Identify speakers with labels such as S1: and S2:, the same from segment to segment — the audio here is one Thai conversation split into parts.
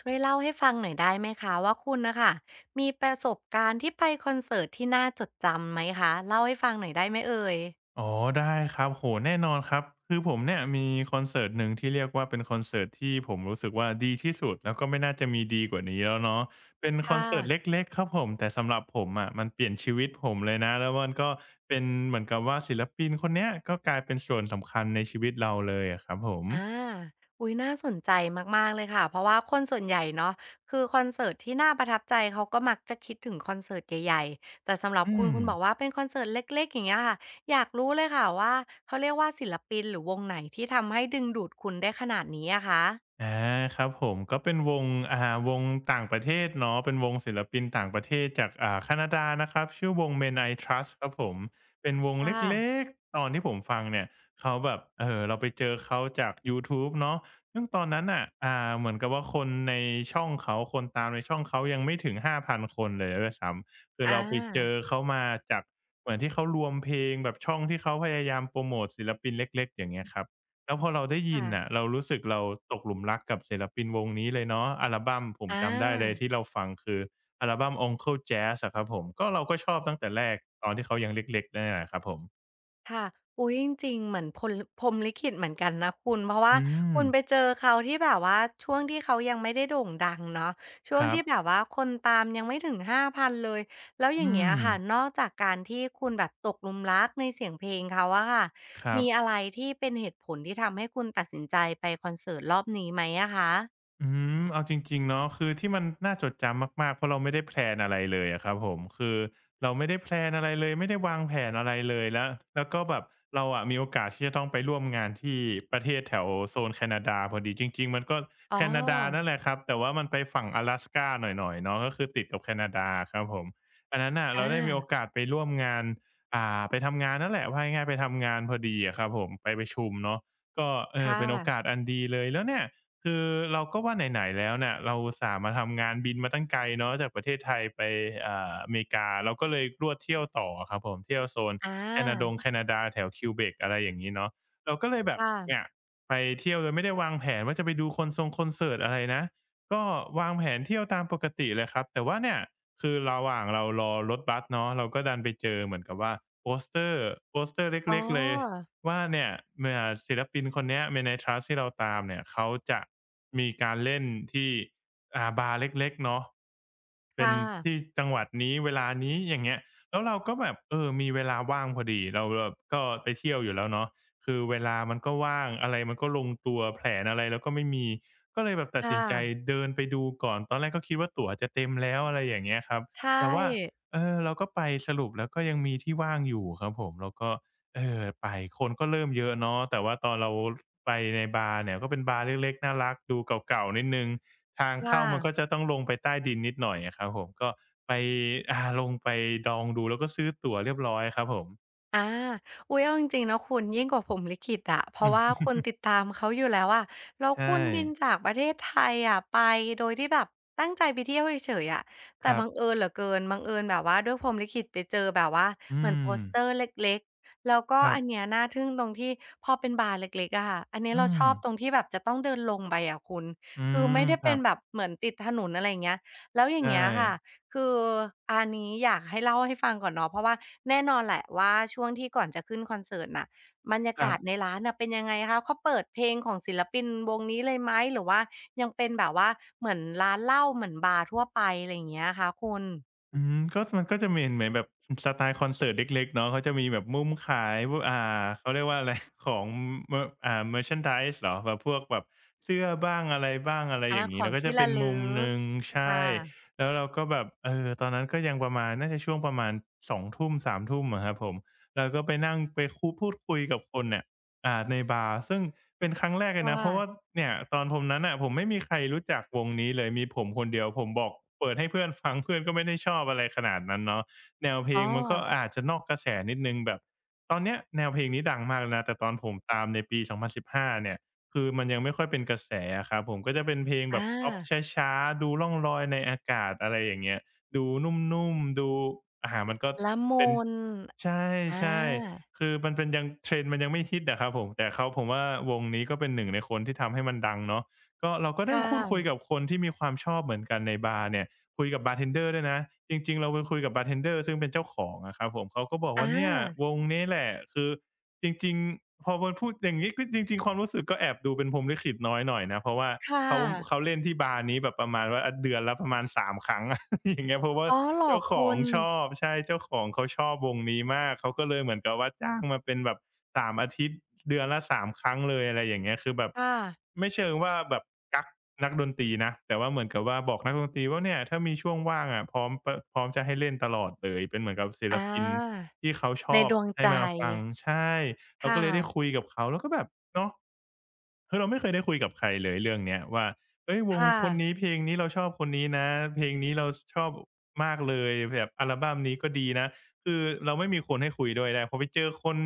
S1: ช่วยเล่าให้ฟังหน่อยได้ไหมคะว่าคุณนะคะมีประสบการณ์ที่ไปคอนเสิร์ตที่น่าจดจำไหมคะเล่าให้ฟังหน่อยได้ไหมเอ่ย
S2: อ๋อได้ครับโอ้แน่นอนครับคือผมเนี่ยมีคอนเสิร์ตหนึ่งที่เรียกว่าเป็นคอนเสิร์ตที่ผมรู้สึกว่าดีที่สุดแล้วก็ไม่น่าจะมีดีกว่านี้แล้วเนาะเป็นคอน
S1: ค่ะ
S2: เสิร์ตเล็กๆครับผมแต่สำหรับผมอะมันเปลี่ยนชีวิตผมเลยนะแล้วมันก็เป็นเหมือนกับว่าศิลปินคนเนี้ยก็กลายเป็นส่วนสำคัญในชีวิตเราเลยอะครับผม
S1: อาอุ๊ยน่าสนใจมากๆเลยค่ะเพราะว่าคนส่วนใหญ่เนาะคือคอนเสิร์ตที่น่าประทับใจเขาก็มักจะคิดถึงคอนเสิร์ตใหญ่ๆแต่สำหรับ
S2: อื
S1: คุณ
S2: ม
S1: คุณบอกว่าเป็นคอนเสิร์ตเล็กๆอย่างเงี้ยค่ะอยากรู้เลยค่ะว่าเขาเรียกว่าศิลปินหรือวงไหนที่ทำให้ดึงดูดคุณได้ขนาดนี้อะคะ
S2: อาครับผมก็เป็นวงอ่าวงต่างประเทศเนาะเป็นวงศิลปินต่างประเทศจากแคนาดานะครับชื่อวง Men I Trust ครับผมเป็นวงเ
S1: ค่ะ
S2: ล็กๆตอนที่ผมฟังเนี่ยเขาแบบเราไปเจอเขาจากยูทูบเนาะซึ่งตอนนั้นน่ะเหมือนกับว่าคนตามในช่องเขายังไม่ถึง5,000คนเลยด้วยซ้ำคือ
S1: อา
S2: เราไปเจอเขามาจากเหมือนที่เขารวมเพลงแบบช่องที่เขาพยายามโพรโมตศิลปินเล็กๆอย่างเงี้ยครับ แล้วพอเราได้ยินน่ะ
S1: ค่ะ
S2: เรารู้สึกเราตกหลุมรักกับศิลปินวงนี้เลยเนาะอัลบัมผม
S1: อ
S2: จำได้เลย
S1: า
S2: ที่เราฟังคืออัลบัม Uncle Jazz อะครับผมก็เราก็ชอบตั้งแต่แรกตอนที่เขายังเล็กๆนั่นแหละครับผม
S1: ค่ะ อุ๊ยจริงๆ เหมือนพลพรหมลิขิตเหมือนกันนะคุณ เพราะว่า
S2: อืม
S1: คุณไปเจอเขาที่แบบว่าช่วงที่เขายังไม่ได้โด่งดังเนาะช่ว
S2: ค
S1: ง
S2: รับ
S1: ที่แบบว่าคนตามยังไม่ถึง5,000เลย แล้วอย่าง
S2: อื
S1: เงี้ย
S2: ม
S1: ค่ะ นอกจากการที่คุณแบบตกหลุมรักในเสียงเพลงเขาอะค่ะ
S2: ครั
S1: มีอะ
S2: บ
S1: ไรที่เป็นเหตุผลที่ทำให้คุณตัดสินใจไปคอนเสิร์ตรอบนี้ไหมอะคะ
S2: อืเอาจริงๆเนาะคือที่มันน่าจดจำมากๆเพราะเราไม่ได้แพลนอะไรเลยอะครับผมคือเราไม่ได้แพลนอะไรเลยไม่ได้วางแผนอะไรเลยแล้วก็แบบเราอะมีโอกาสที่จะต้องไปร่วมงานที่ประเทศแถวโซนแคนาดาพอดีจริงๆมันก็
S1: อ๋อ
S2: แคนาดานั่นแหละครับแต่ว่ามันไปฝั่ง阿拉สกาหน่อยๆเนาะก็คือติดกับแคนาดาอะครับผมอันนั้นน่ะ
S1: อ
S2: เราได้มีโอ
S1: า
S2: กาสไปร่วมงานไปทำงานนั่นแหละว่าง่ายๆไปทำงานพอดีอะครับผมไปประชุมเนาะก็เออ
S1: ค่ะ
S2: เป็นโอกาสอันดีเลยแล้วเนี่ย คือเราก็ว่าไหนๆแล้วเนี่ยเราอุตส่าห์มาทำงานบินมาตั้งไกลเนาะจากประเทศไทยไปอเมริกาเราก็เลยรวดเที่ยวต่ออะครับผมเที่ยวโซน
S1: อ
S2: แคนาดง
S1: า
S2: แคนาดาแถว Quebec อะไรอย่างงี้เนาะเราก็เลยแบบ
S1: ค่ะ
S2: เนี่ยไปเที่ยวโดยไม่ได้วางแผนว่าจะไปดูคอนเสิร์ตอะไรนะก็วางแผนเที่ยวตามปกติเลยครับแต่ว่าเนี่ยคือระหว่างเรารอรถบัสเนาะเราก็ดันไปเจอเหมือนกับว่าโปสเตอร์โปสเตอร์
S1: อ๋
S2: เล็กๆเลย
S1: อ
S2: ว่าเนี่ยเมื่อศิลปินคนเนี้ย MANATRUST ที่เราตามเนี่ยเขาจะมีการเล่นที่บาร์เล็กๆเนาะเป็น
S1: ค่ะ
S2: ที่จังหวัดนี้เวลานี้อย่างเงี้ยแล้วเราก็แบบเออมีเวลาว่างพอดีเราแบบก็ไปเที่ยวอยู่แล้วเนาะคือเวลามันก็ว่างอะไรมันก็ลงตัวแผนอะไรเราก็ไม่มีก็เลยแบบตัด
S1: ค่
S2: สินใจ
S1: ะ
S2: เดินไปดูก่อนตอนแรกก็คิดว่าตั๋วจะเต็มแล้วอะไรอย่างเงี้ยครับ
S1: ค่
S2: แต่ว่า
S1: ะ
S2: เออเราก็ไปสรุปแล้วก็ยังมีที่ว่างอยู่ครับผมเราก็ เออไปคนก็เริ่มเยอะเนาะแต่ว่าตอนเราไปในบาร์เนี่ยก็เป็นบาร์เล็กๆน่ารักดูเก่าๆนิดหนึ่ง
S1: ใช่
S2: ทาง
S1: ค
S2: เข้ามันก็
S1: ่ะ
S2: จะต้องลงไปใต้ดินนิดหน่อยอะครับผมก็ไปลงไปดองดูแล้วก็ซื้อตั๋วเรียบร้อยครับผม
S1: อาอุ๊ยเอาจริงๆนะคุณยิ่งกว่าพรหมลิขิตอะเพ
S2: อื
S1: ราะว่า
S2: ม
S1: คุณติดตามเขาอยู่แล้วอะแล้ว
S2: ใช่
S1: คุณบินจากประเทศไทยอะไปโดยที่แบบตั้งใจไปเที่ยวเฉยๆอะแต่
S2: ครั
S1: บั
S2: บ
S1: งเอิญเหลือเกินบังเอิญแบบว่าด้วยพรหมลิขิตไปเจอแบบว่า
S2: อื
S1: เหมือนโป
S2: ม
S1: สเตอร์เล็กๆแล้วก็
S2: ครั
S1: อันเนี้
S2: บ
S1: ยน่าทึ่งตรงที่พอเป็นบาร์เล็กๆอะค่ะอันนี้เรา
S2: อื
S1: ช
S2: ม
S1: อบตรงที่แบบจะต้องเดินลงไปอะคุณ
S2: อื
S1: คือไม่
S2: ม
S1: ได้
S2: ค
S1: เป็
S2: รั
S1: น
S2: บ
S1: แบบเหมือนติดถนนอะไรอย่างเงี้ยแล้วอย่าง
S2: ใช่
S1: เงี้ยค่ะ คืออันนี้อยากให้เล่าให้ฟังก่อนเนาะเพราะว่าแน่นอนแหละว่าช่วงที่ก่อนจะขึ้นคอนเสิร์ตน่ะบรรยา
S2: ครั
S1: กา
S2: บ
S1: ศในร้านน่ะเป็นยังไงคะเขาเปิดเพลงของศิลปินวงนี้เลยไหมหรือว่ายังเป็นแบบว่าเหมือนร้านเหล้าเหมือนบาร์ทั่วไปอะไรอย่างเงี้ยคะคุณ
S2: ก็มันก็จะมีเหมือนแบบสไตล์คอนเสิร์ตเล็กๆเนาะเขาจะมีแบบมุมขายพวกเขาเรียกว่าอะไร ของเมออ่า merchandise เหรอแบบพวกแบบเสื้อบ้างอะไรบ้างอะไรอ
S1: อา
S2: ย่าง
S1: ข
S2: นี้
S1: อง
S2: เนาะก็
S1: ที่
S2: จะเป็
S1: ระ
S2: นมุ
S1: ลึ
S2: มห
S1: ก
S2: นึ่งใช่
S1: ค่ะ
S2: แล้วเราก็แบบเออตอนนั้นก็ยังประมาณน่าจะช่วงประมาณ20:00 21:00อะครับผมเราก็ไปนั่งไปพูดคุยกับคนเนี่ย อ่าในบาร์ซึ่งเป็นครั้งแรกเลย
S1: ว่า
S2: นะเพราะว่าเนี่ยตอนผมนั้นน่ะผมไม่มีใครรู้จักวงนี้เลยมีผมคนเดียวผมบอกเปิดให้เพื่อนฟัง เพื่อนก็ไม่ได้ชอบอะไรขนาดนั้นเนาะแนวเพล
S1: อ๋อ
S2: งมันก็อาจจะนอกกระแสนิดหนึ่งแบบตอนเนี้ยแนวเพลงนี้ดังมากแล้วนะแต่ตอนผมตามในปี2015เนี่ยคือมันยังไม่ค่อยเป็นกระแสอะครับผมก็จะเป็นเพลงแบบ
S1: อา
S2: พ็อปช้าๆดูร่องลอยในอากาศอะไรอย่างเงี้ยดูนุ่มๆดูมันก็
S1: ละ
S2: เป็
S1: มุ
S2: น
S1: น
S2: ใช
S1: อา
S2: ่ๆ คือมันเป็นยัง trend มันยังไม่ฮิตอะครับผมแต่เขาผมว่าวงนี้ก็เป็นหนึ่งในคนที่ทำให้มันดังเนาะก็เราก็ได้
S1: ค่
S2: พูดคุย
S1: ะ
S2: กับคนที่มีความชอบเหมือนกันในบาร์เนี่ยคุยกับบาร์เทนเดอร์ด้วยนะจริงๆเราไปคุยกับบาร์เทนเดอร์ซึ่งเป็นเจ้าของอะครับผมเขาก็บอก
S1: อา
S2: ว่าเนี่ยวงนี้แหละคือจริงๆพอมันพูดอย่างงี้ก็จริงๆความรู้สึกก็แอบดูเป็นพรหมลิขิตน้อยหน่อยนะเพราะว่า
S1: ค่
S2: เขาเขา
S1: ะ
S2: เล่นที่บาร์นี้แบบประมาณว่าอาเดือนละประมาณสามครั้ง อย่างเงี้ยเพราะว่า
S1: อ๋อเหรอ
S2: เจ้าขอ
S1: คุ
S2: ง
S1: ณ
S2: ชอบใช่เจ้าของเขาชอบวงนี้มากเขาก็เลยเหมือนกับว่าจ้างมาเป็นแบบ3อาทิตย์เดือนละสามครั้งเลยอะไรอย่างเงี้ยคือแบบ
S1: ค่ะ
S2: ไม่เชิงว่าแบบกักนักดนตรีนะแต่ว่าเหมือนกับว่าบอกนักดนตรีว่าเนี่ยถ้ามีช่วงว่างอะพร้อมจะให้เล่นตลอดเลยเป็นเหมือนกับศิ
S1: อ
S2: ลปิน
S1: า
S2: ที่เขาช
S1: ใน
S2: อบ
S1: ดวง
S2: ให้
S1: ใจ
S2: มาฟังใช่
S1: ค
S2: เราก็เลยได้
S1: ่ะ
S2: คุยกับเขาแล้วก็แบบเนาะคือเราไม่เคยได้คุยกับใครเลยเรื่องเนี้ยว่า เอ้ยวง
S1: ค่ะ
S2: คนนี้เพลงนี้เราชอบคนนี้นะเพลงนี้เราชอบมากเลยแบบอัลบัมนี้ก็ดีนะคือเราไม่มีคนให้คุยด้วยได้พอไปเจอคน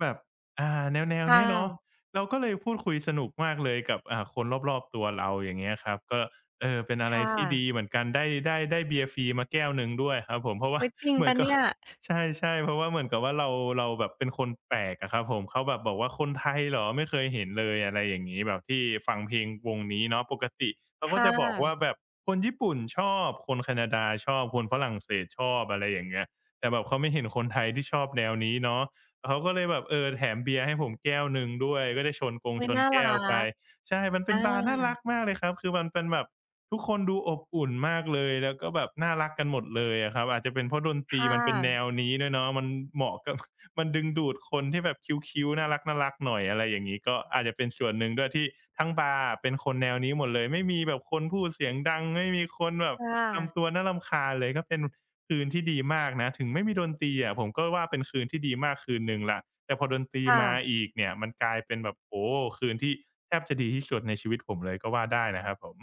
S2: แบบอ่าแนวๆ
S1: ค่ะ
S2: เนี้ยเนาะเราก็เลยพูดคุยสนุกมากเลยกับคนรอบๆตัวเราอย่างเงี้ยครับก็เออเป็นอะไร
S1: ค่ะ
S2: ที่ดีเหมือนกันได้เบียร์ฟรีมาแก้วหนึ่งด้วยครับผมเพราะว่า
S1: อุ๊ยจริ ง
S2: เห
S1: เป
S2: มือน
S1: ล่า
S2: กับ
S1: เนี่ย
S2: ใช่ๆเพราะว่าเหมือนกับว่าเราแบบเป็นคนแปลกอะครับผมเขาแบบบอกว่าคนไทยเหรอไม่เคยเห็นเลยอะไรอย่างงี้แบบที่ฟังเพลงวงนี้เนาะปกติเขาก็
S1: ค่
S2: จะบอกว่า
S1: ะ
S2: แบบคนญี่ปุ่นชอบคนแคนาดาชอบคนฝรั่งเศสชอบอะไรอย่างเงี้ยแต่แบบเขาไม่เห็นคนไทยที่ชอบแนวนี้เนาะเขาก็เลยแบบเออแถมเบียร์ให้ผมแก้วหนึ่งด้วยก็ได้ชนกง
S1: อุ๊ย
S2: ชน
S1: น่ารั
S2: แก้วไป
S1: ก
S2: ใช่มันเป็
S1: อา
S2: นบาร์น่ารักมากเลยครับคือมันเป็นแบบ ทุกคนดูอบอุ่นมากเลยแล้วก็แบบน่ารักกันหมดเลยอะครับอาจจะเป็นเพราะดนตรี
S1: ค่
S2: มันเป็นแน
S1: ะ
S2: วนี้ด้วยเนาะมันเหมาะกับ มันดึงดูดคนที่แบบคิ้วๆน่ารักๆหน่อยอะไรอย่างงี้ก็อาจจะเป็นส่วนหนึ่งด้วยที่ทั้งบาร์อะเป็นคนแนวนี้หมดเลยไม่มีแบบคนพูดเสียงดังไม่มีคนแบบ
S1: ค่ะ
S2: ทำตัวน่ารำคาญเลยก็เป็นคืนที่ดีมากนะถึงไม่มีดนตรีอะผมก็ว่าเป็นคืนที่ดีมากคืนหนึ่งละแต่พอดนตรีมา
S1: ค่ะ
S2: อีกเนี่ยมันกลายเป็นแบบโอ้คืนที่แทบจะดีที่สุดในชีวิตผมเลยก็ว่าได้นะครับผม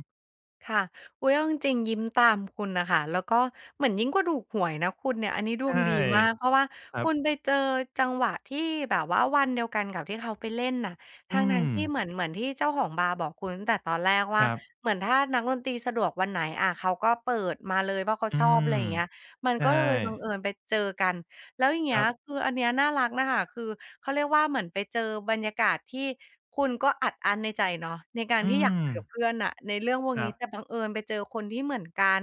S1: ค่ะอุ๊ยเอาจริงๆยิ้มตามคุณน่ะค่ะแล้วก็เหมือนยิ่งกว่าถูกหวยนะคุณเนี่ยอันนี้ดวง
S2: ใช่
S1: ดีมากเพราะว่า
S2: ครับ
S1: คุณไปเจอจังหวะที่แบบว่าวันเดียวกันกับที่เขาไปเล่นน่ะท
S2: อื
S1: ั้ง
S2: ม
S1: ๆที่เหมือนเหมือนที่เจ้าของบาร์บอกคุณตั้งแต่ตอนแรก
S2: ค
S1: ว่า
S2: รับ
S1: เหมือนถ้านักดนตรีสะดวกวันไหนอาเขาก็เปิดมาเลยเพราะเขา
S2: อื
S1: ชอบอะ
S2: ม
S1: ไรอย่างเงี้ยมัน
S2: ใช่
S1: ก็เลยบังเอิญไปเจอกัน แล้วอย่าง
S2: ค
S1: เงี้
S2: รั
S1: ย
S2: บ
S1: คืออันเนี้ยน่ารักน่ะค่ะคือเขาเรียกว่าเหมือนไปเจอบรรยากาศที่คุณก็อัดอั้นในใจเนาะในการ
S2: อื
S1: ที่อยาก
S2: ม
S1: คุยกับเพื่อนน่ะในเรื่องพวก
S2: ครั
S1: นี้
S2: บ
S1: แต่บังเอิญไปเจอคนที่เหมือนกัน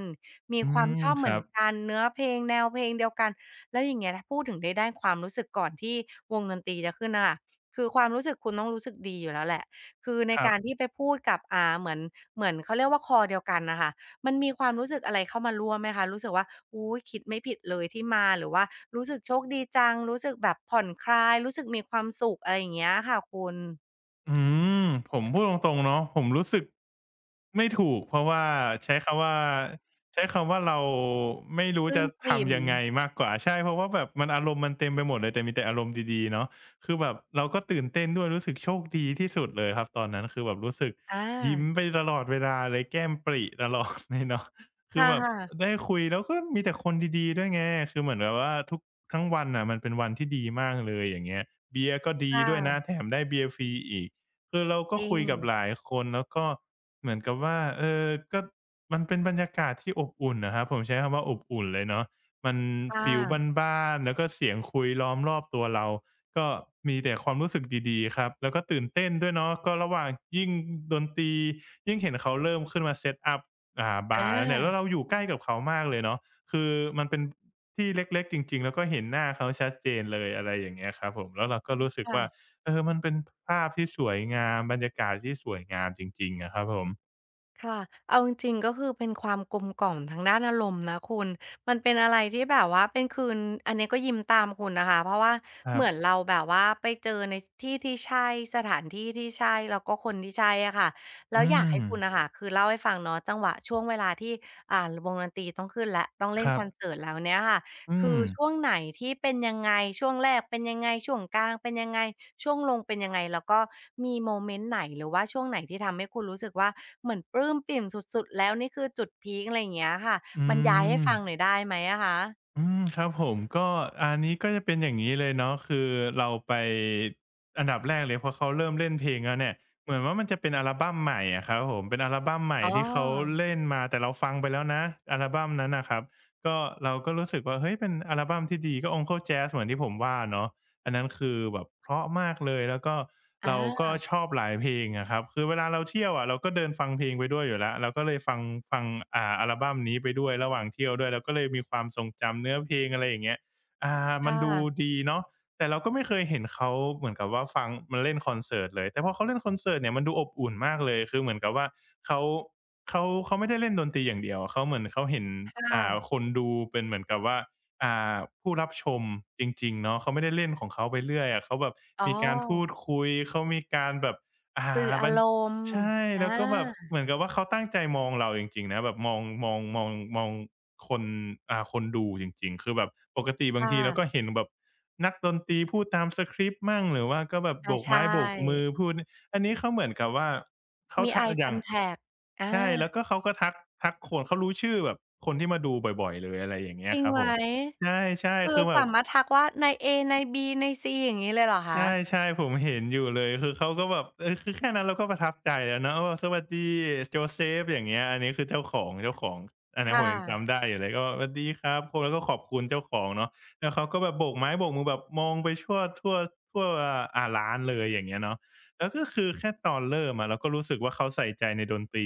S1: มี
S2: อื
S1: ความ
S2: ม
S1: ชอบ
S2: ค
S1: เหมือ
S2: รั
S1: น
S2: บ
S1: กันเนื้อเพลงแนวเพลงเดียวกันแล้วอย่างเงี้ยถ้าพูดถึงใด้ด้านความรู้สึกก่อนที่วงดนตรีจะขึ้นน่ะค่ะคือความรู้สึกคุณต้องรู้สึกดีอยู่แล้วแหละคือใน
S2: ครับ
S1: การที่ไปพูดกับเหมือนเขาเรียกว่าคอเดียวกันน่ะค่ะมันมีความรู้สึกอะไรเข้ามาร่วมไหมคะรู้สึกว่า อุ๊ยคิดไม่ผิดเลยที่มาหรือว่ารู้สึกโชคดีจังรู้สึกแบบผ่อนคลายรู้สึกมีความสุขอะไรอย่างเงี้ยค่ะคุณ
S2: อืมผมพูดตรงๆเนาะผมรู้สึกไม่ถูกเพราะว่าใช้คำว่าใช้คำว่าเราไม่
S1: ป
S2: รู้
S1: ลื้
S2: จะ
S1: มปริ่ม
S2: ทำยังไงมากกว่าใช่เพราะว่าแบบมันอารมณ์มันเต็มไปหมดเลยแต่มีแต่อารมณ์ดีๆเนาะคือแบบเราก็ตื่นเต้นด้วยรู้สึกโชคดีที่สุดเลยครับตอนนั้นคือแบบรู้สึก
S1: อา
S2: ยิ้มไปตลอดเวลาเลยแก้มปริตลอดเลยเนาะ คือแบบ
S1: ค่ะๆ
S2: ได้คุยแล้วก็มีแต่คนดีๆด้วยไงคือเหมือนแบบว่าทั้งวันน่ะมันเป็นวันที่ดีมากเลยอย่างเงี้ยเบียร์ก็
S1: ค
S2: ดีด้วยนะ
S1: ่ะ
S2: แถมได้เบียร์ฟรีอีก คือเราก็
S1: จริ
S2: คุ
S1: ง
S2: ยกับหลายคนแล้วก็เหมือนกับว่าเออก็มันเป็นบรรยากาศที่อบอุ่นนะครับผมใช้คำว่าอบอุ่นเลยเนาะมัน
S1: ค่
S2: ฟีล
S1: ะ
S2: บ้านๆแล้วก็เสียงคุยล้อมรอบตัวเราก็มีแต่ความรู้สึกดีๆครับแล้วก็ตื่นเต้นด้วยเนาะก็ระหว่างยิ่งดนตรียิ่งเห็นเขาเริ่มขึ้นมาเซตอัป
S1: อ
S2: บาร์แล้วเนี่ยแล้วเรา
S1: า
S2: อยู่ใกล้กับเขามากเลยเนาะคือมันเป็นที่เล็กๆจริงๆแล้วก็เห็นหน้าเขาชัดเจนเลยอะไรอย่างเงี้ยครับผมแล้วเราก็รู้สึกว่า
S1: ค่ะ
S2: เออมันเป็นภาพที่สวยงามบรรยากาศที่สวยงามจริงๆอะครับผม
S1: ค่ะเอาจริงๆก็คือเป็นความกลมกล่อมทางด้านอารมณ์นะคุณมันเป็นอะไรที่แบบว่าเป็นคืนอันนี้ก็ยิ้มตามคุณนะคะเพราะว่า
S2: ครั
S1: เห
S2: บ
S1: มือนเราแบบว่าไปเจอในที่ที่ใช่สถานที่ที่ใช่แล้วก็คนที่ใช่อะค่ะแล้
S2: อื
S1: วอยากให้
S2: ม
S1: คุณนะคะคือเล่าให้ฟังเนาะจังหวะช่วงเวลาที่อ่าวงดนตรีต้องขึ้นและต้องเล่
S2: ค
S1: น
S2: รั
S1: ค
S2: บ
S1: อนเสิร์ตแล้วเนี้ยค่ะ
S2: อื
S1: คือ
S2: ม
S1: ช่วงไหนที่เป็นยังไงช่วงแรกเป็นยังไงช่วงกลางเป็นยังไงช่วงลงเป็นยังไงแล้วก็มีโมเมนต์ไหนหรือว่าช่วงไหนที่ทำให้คุณรู้สึกว่าเหมือนปลื้มปิ่มสุดๆแล้วนี่คือจุดพีกอะไรอย่างเงี้ยค่ะ
S2: อื
S1: บรรยายให้ฟังหน่
S2: ม
S1: อยได้ไหมอะคะ
S2: อืมครับผมก็อันนี้ก็จะเป็นอย่างงี้เลยเนาะคือเราไปอันดับแรกเลยพอเขาเริ่มเล่นเพลงแล้วเนี่ยเหมือนว่ามันจะเป็นอัลบัมใหม่อะครับผมเป็นอัลบัมใหม่
S1: อ๋อ
S2: ที่เขาเล่นมา แต่เราฟังไปแล้วนะอัลบัมนั้นน่ะครับก็เราก็รู้สึกว่าเฮ้ยเป็นอัลบัมที่ดีก็ Uncle Jazz เหมือนที่ผมว่าเนาะ อันนั้นคือแบบเพราะมากเลยแล้วก็
S1: อ
S2: เราก็
S1: า
S2: ชอบหลายเพลงอะครับคือเวลาเราเที่ยวอะเราก็เดินฟังเพลงไปด้วยอยู่แล้วเราก็เลยฟังอัลบัมนี้ไปด้วยระหว่างเที่ยวด้วยเราก็เลยมีความทรงจำเนื้อเพลงอะไรอย่างเงี้ยอ่ามั
S1: ค่ะ
S2: นดูดีเนาะแต่เราก็ไม่เคยเห็นเขาเหมือนกับว่าฟังมาเล่นคอนเสิร์ตเลยแต่พอเขาเล่นคอนเสิร์ตเนี่ยมันดูอบอุ่นมากเลยคือเหมือนกับว่าเขาเขาไม่ได้เล่นดนตรีอย่างเดียวเขาเหมือนเขาเห็น
S1: ค
S2: ค
S1: ่ะ
S2: นดูเป็นเหมือนกับว่า อ่าผู้รับชมจริงๆเนาะเขาไม่ได้เล่นของเขาไปเรื่อยอะเขาแบบ
S1: อ๋อ
S2: มีการพูดคุยเขามีการแบบอ่า
S1: สื่ออา
S2: มัน
S1: รมณ์
S2: ใช่
S1: อา
S2: แล้วก็แบบเหมือนกับว่าเขาตั้งใจมองเราจริงๆนะแบบมองมองมองมองคนคนดูจริงๆคือแบบปกติ
S1: ค
S2: บางทีเราก็
S1: ่ะ
S2: เห็นแบบนักดนตรีพูดตามสคริปต์มั่งหรือว่าก็แบบ
S1: อา
S2: โบก
S1: ใช
S2: ไม้โบกมือ
S1: ่
S2: พูดอันนี้เขาเหมือนกับว่าเขา
S1: มี
S2: ทัก
S1: Eye
S2: อย่าง
S1: Contact อา
S2: ใช่แล้วก็เขาก็ทักคนเขารู้ชื่อแบบคนที่มาดูบ่อยๆเลยอะไรอย่างเงี้
S1: จ
S2: ย
S1: ริง
S2: ครับ
S1: ไหม
S2: ผม ใช่ๆ
S1: คือ
S2: คือแบบ
S1: สามารถทักว่านายเอนายบีนายซีอย่างงี้เลยเหรอคะ
S2: ใช่ๆผมเห็นอยู่เลยคือเขาก็แบบเออคือแค่นั้นเราก็ประทับใจแล้วเนาะว่าสวัสดี Joseph" อย่างเงี้ยอันนี้คือเจ้าของอันนั้นผ
S1: ค่ะ
S2: มยังจำได้อยู่เลยก็แบบสวัสดีครับโพแล้วกเก็ขอบคุณเจ้าของเนาะแล้วเขาก็แบบโบกไม้โบกมือแบบมองไปชั่วทั่วร้านเลยอย่างเงี้ยเนาะแล้วก็คือแค่ตอนเริ่มอะเราก็รู้สึกว่าเขาใส่ใจในดนตรี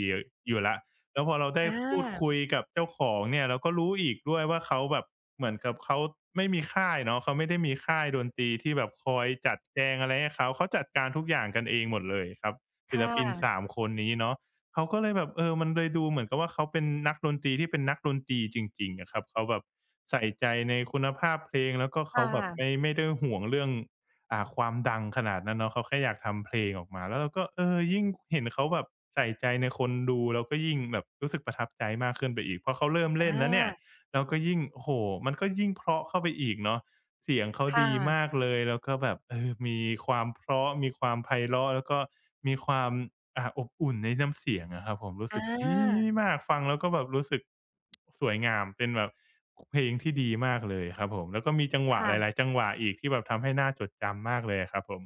S2: อยู่แล้ว แล้วพอเราได้
S1: อา
S2: พูดคุยกับเจ้าของเนี่ยเราก็รู้อีกด้วยว่าเขาแบบเหมือนกับเขาไม่มีค่ายเนาะเขาไม่ได้มีค่ายดนตรีที่แบบคอยจัดแจงอะไรให้เขาเขาจัดการทุกอย่างกันเองหมดเลยครับศิ
S1: ค่
S2: ลปินสา
S1: ะ
S2: มคนนี้เนาะเขาก็เลยแบบเออมันเลยดูเหมือนกับว่าเขาเป็นนักดนตรีที่เป็นนักดนตรีจริงๆอะครับเขาแบบใส่ใจในคุณภาพเพลงแล้วก็
S1: ค
S2: เขาแบบ
S1: ่ะ
S2: ไม่ได้ห่วงเรื่อง ความดังขนาดนั้นเนาะเขาแค่อยากทำเพลงออกมาแล้วเราก็เออยิ่งเห็นเขาแบบใส่ใจในคนดูเราก็ยิ่งแบบรู้สึกประทับใจมากขึ้นไปอีกพอเขาเริ่มเล่
S1: อา
S2: นแล้วเนี่ยเราก็ยิ่งโอ้โฮมันก็ยิ่งเพราะเข้าไปอีกเนาะ เสียงเขา
S1: ค่ะ
S2: ดีมากเลยแล้วก็แบบเออมีความเพราะมีความไพเราะแล้วก็มีความอบอุ่นในน้ำเสียงอะครับผมรู้
S1: อ
S2: สึกดี
S1: า
S2: มากฟังแล้วก็แบบรู้สึกสวยงามเป็นแบบเพลงที่ดีมากเลยครับผมแล้วก็มีจังหวะหลาย
S1: ค่ะ
S2: ๆจังหวะอีกที่แบบทำให้น่าจดจำมากเลยอะครับผม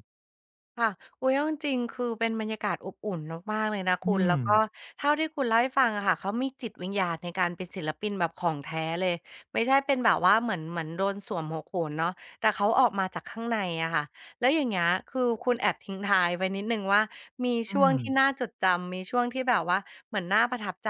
S1: ค่ะอุ๊ยเอาจริงๆคือเป็นบรรยากาศอบอุ่นมากๆเลยนะคุ
S2: อื
S1: ณ
S2: ม
S1: แล้วก็เท่าที่คุณเล่าให้ฟังอะค่ะเขามีจิตวิญญาณในการเป็นศิลปินแบบของแท้เลยไม่ใช่เป็นแบบว่าเหมือนโดนสวมหัวโขนเนาะแต่เขาออกมาจากข้างในอะค่ะแล้วอย่างเงี้ยคือคุณแอบทิ้งท้ายไว้นิดหนึ่งว่ามี
S2: อื
S1: ช่วง
S2: ม
S1: ที่น่าจดจำมีช่วงที่แบบว่าเหมือนน่าประทับใจ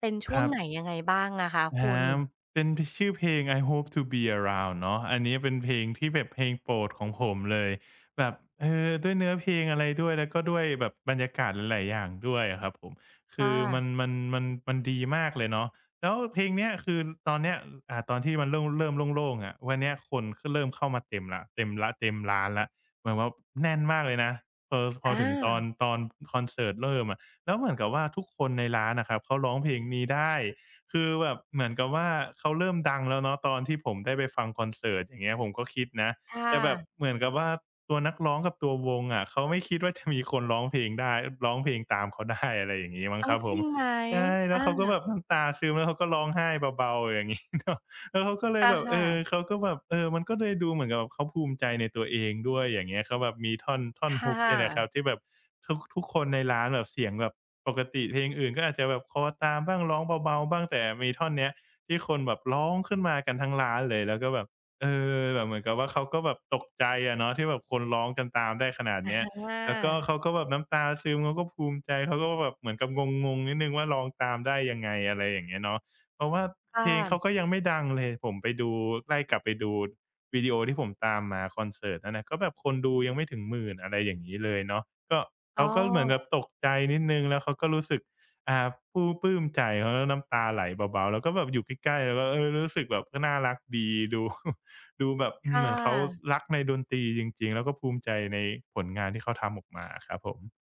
S1: เป็นช่
S2: ค
S1: วง
S2: รั
S1: ไหน
S2: บ
S1: ยังไงบ้างอะคะ
S2: อ
S1: คุณ
S2: าเป็นพชื่อเพลง I Hope to Be Around เนาะอันนี้เป็นเพลงที่แบบเพลงโปรดของผมเลยแบบเออด้วยเนื้อเพลงอะไรด้วยแล้วก็ด้วยแบบบรรยากาศหลายๆอย่างด้วยอะครับผม
S1: ค
S2: คือมัน
S1: ่ะ
S2: มันมันมันดีมากเลยเนาะแล้วเพลงเนี้ยคือตอนเนี้ยตอนที่มันเริ่มโล่งๆอะวันเนี้ยคนก็เริ่มเข้ามาเต็มแล้วเต็มล้าเต็มร้านแล้วเหมือนว่าแน่นมากเลยนะพอ
S1: อา
S2: ถึงตอนคอนเสิร์ตเริ่มอะแล้วเหมือนกับว่าทุกคนในร้านอะครับเขาร้องเพลงนี้ได้ คือแบบเหมือนกับว่าเขาเริ่มดังแล้วเนาะตอนที่ผมได้ไปฟังคอนเสิร์ตอย่างเงี้ยผมก็คิดนะ
S1: ค
S2: แต่แบบ
S1: ่ะ
S2: เหมือนกับว่าตัวนักร้องกับตัววงอะเขาไม่คิดว่าจะมีคนร้องเพลงได้ร้องเพลงตามเขาได้อะไรอย่างงี้มั้ง
S1: อ้า
S2: ค
S1: ว
S2: รับผ
S1: จริ
S2: ม
S1: งไหม
S2: ใช่แล้ว
S1: อา
S2: เขาก็แบบน้ำตาซึมแล้วเขาก็ร้องไห้เบาๆอย่างงี้ เนาะแล้วเขาก็เลยแบบเอ
S1: ค่ะ
S2: อเขาก็แบบเออมันก็เลยดูเหมือนกับแบบเขาภูมิใจในตัวเองด้วยอย่างเงี้ยเขาแบบมีท่อนท่อ
S1: ๆ
S2: น
S1: ค่
S2: Hook เนี่ยแหละครับ
S1: ะ
S2: ที่แบบทุกคนในร้านแบบเสียงแบบ ปกติเพลงอื่นก็อาจจะแบบคอตามบ้างร้องเบาๆบ้างแต่มีท่อนเนี้ยที่คนแบบร้องขึ้นมากันทั้งร้านเลยแล้วก็แบบเออแบบเหมือนกับว่าเขาก็แบบตกใจอะเนาะที่แบบคนร้องกันตามได้ขนาดเนี้ย
S1: อา
S2: แล้วก็เขาก็แบบน้ำตาซึมเขาก็ภูมิใจเขาก็แบบเหมือนกับงงๆนิดหนึ่งว่าร้องตามได้ยังไงอะไรอย่างเงี้ยเนาะเพราะว่าเพลงเขา
S1: ค่ะ
S2: ก็ยังไม่ดังเลยผมไปดูไล่กลับไปดูวิดีโอที่ผมตามมาคอนเสิร์ตนั้นน่ะก็แบบคนดูยังไม่ถึงหมื่นอะไรอย่างงี้เลยเนาะก็
S1: อ๋
S2: เขาก็เหมือนแบบ
S1: อ
S2: ตกใจนิดหนึ่งแล้วเขาก็รู้สึกอ่าปลื้มใจเขาแล้็น้ำตาไหลเบาๆแล้วก็แบบอยู่ใกล้ๆแล้วก็เออรู้สึกแบบก็น่ารักดีดู ดูแบบอืม
S1: ค่
S2: เหมือนเขา
S1: ะ
S2: รักในดนตรีจริงๆแล้วก็ภูมิใจในผลงานที่เขาทำออกมาอะครับผม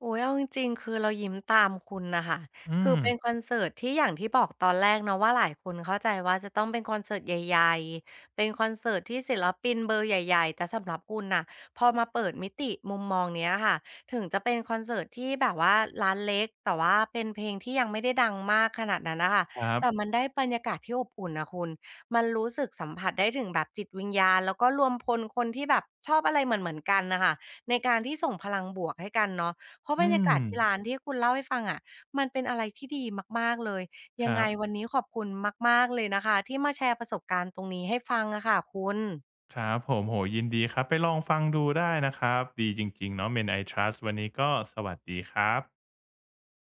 S1: โอ้ยเอาจริงๆคือเรายิ้มตามคุณน่ะค่ะ
S2: อื
S1: คือ
S2: ม
S1: เป็นคอนเสิร์ตที่อย่างที่บอกตอนแรกเนาะว่าหลายคนเข้าใจว่าจะต้องเป็นคอนเสิร์ตใหญ่ๆเป็นคอนเสิร์ตที่ศิลปินเบอร์ใหญ่ๆแต่สำหรับคุณน่ะพอมาเปิดมิติมุมมองเนี้ยค่ะถึงจะเป็นคอนเสิร์ตที่แบบว่าร้านเล็กแต่ว่าเป็นเพลงที่ยังไม่ได้ดังมากขนาดนั้นน่ะค่ะ
S2: ครั
S1: แต่มั
S2: บ
S1: นได้บรรยากาศที่อบอุ่นน่ะคุณมันรู้สึกสัมผัสได้ถึงแบบจิตวิญญาณแล้วก็รวมพลคนที่แบบชอบอะไรเหมือนๆกันน่ะค่ะในการที่ส่งพลังบวกให้กันเนาะ เพราะบ
S2: อื
S1: รรยา
S2: ม
S1: กาศที่ร้านที่คุณเล่าให้ฟังอะมันเป็นอะไรที่ดีมากๆเลย
S2: ค
S1: ยังไง
S2: รั
S1: วั
S2: บ
S1: นนี้ขอบคุณมากๆเลยนะคะที่มาแชร์ประสบการณ์ตรงนี้ให้ฟังอะค่ะคุณ
S2: ครับผมโอ้โฮยินดีครับไปลองฟังดูได้นะครับดีจริงๆเนาะ Men I Trust วันนี้ก็สวัสดีครับ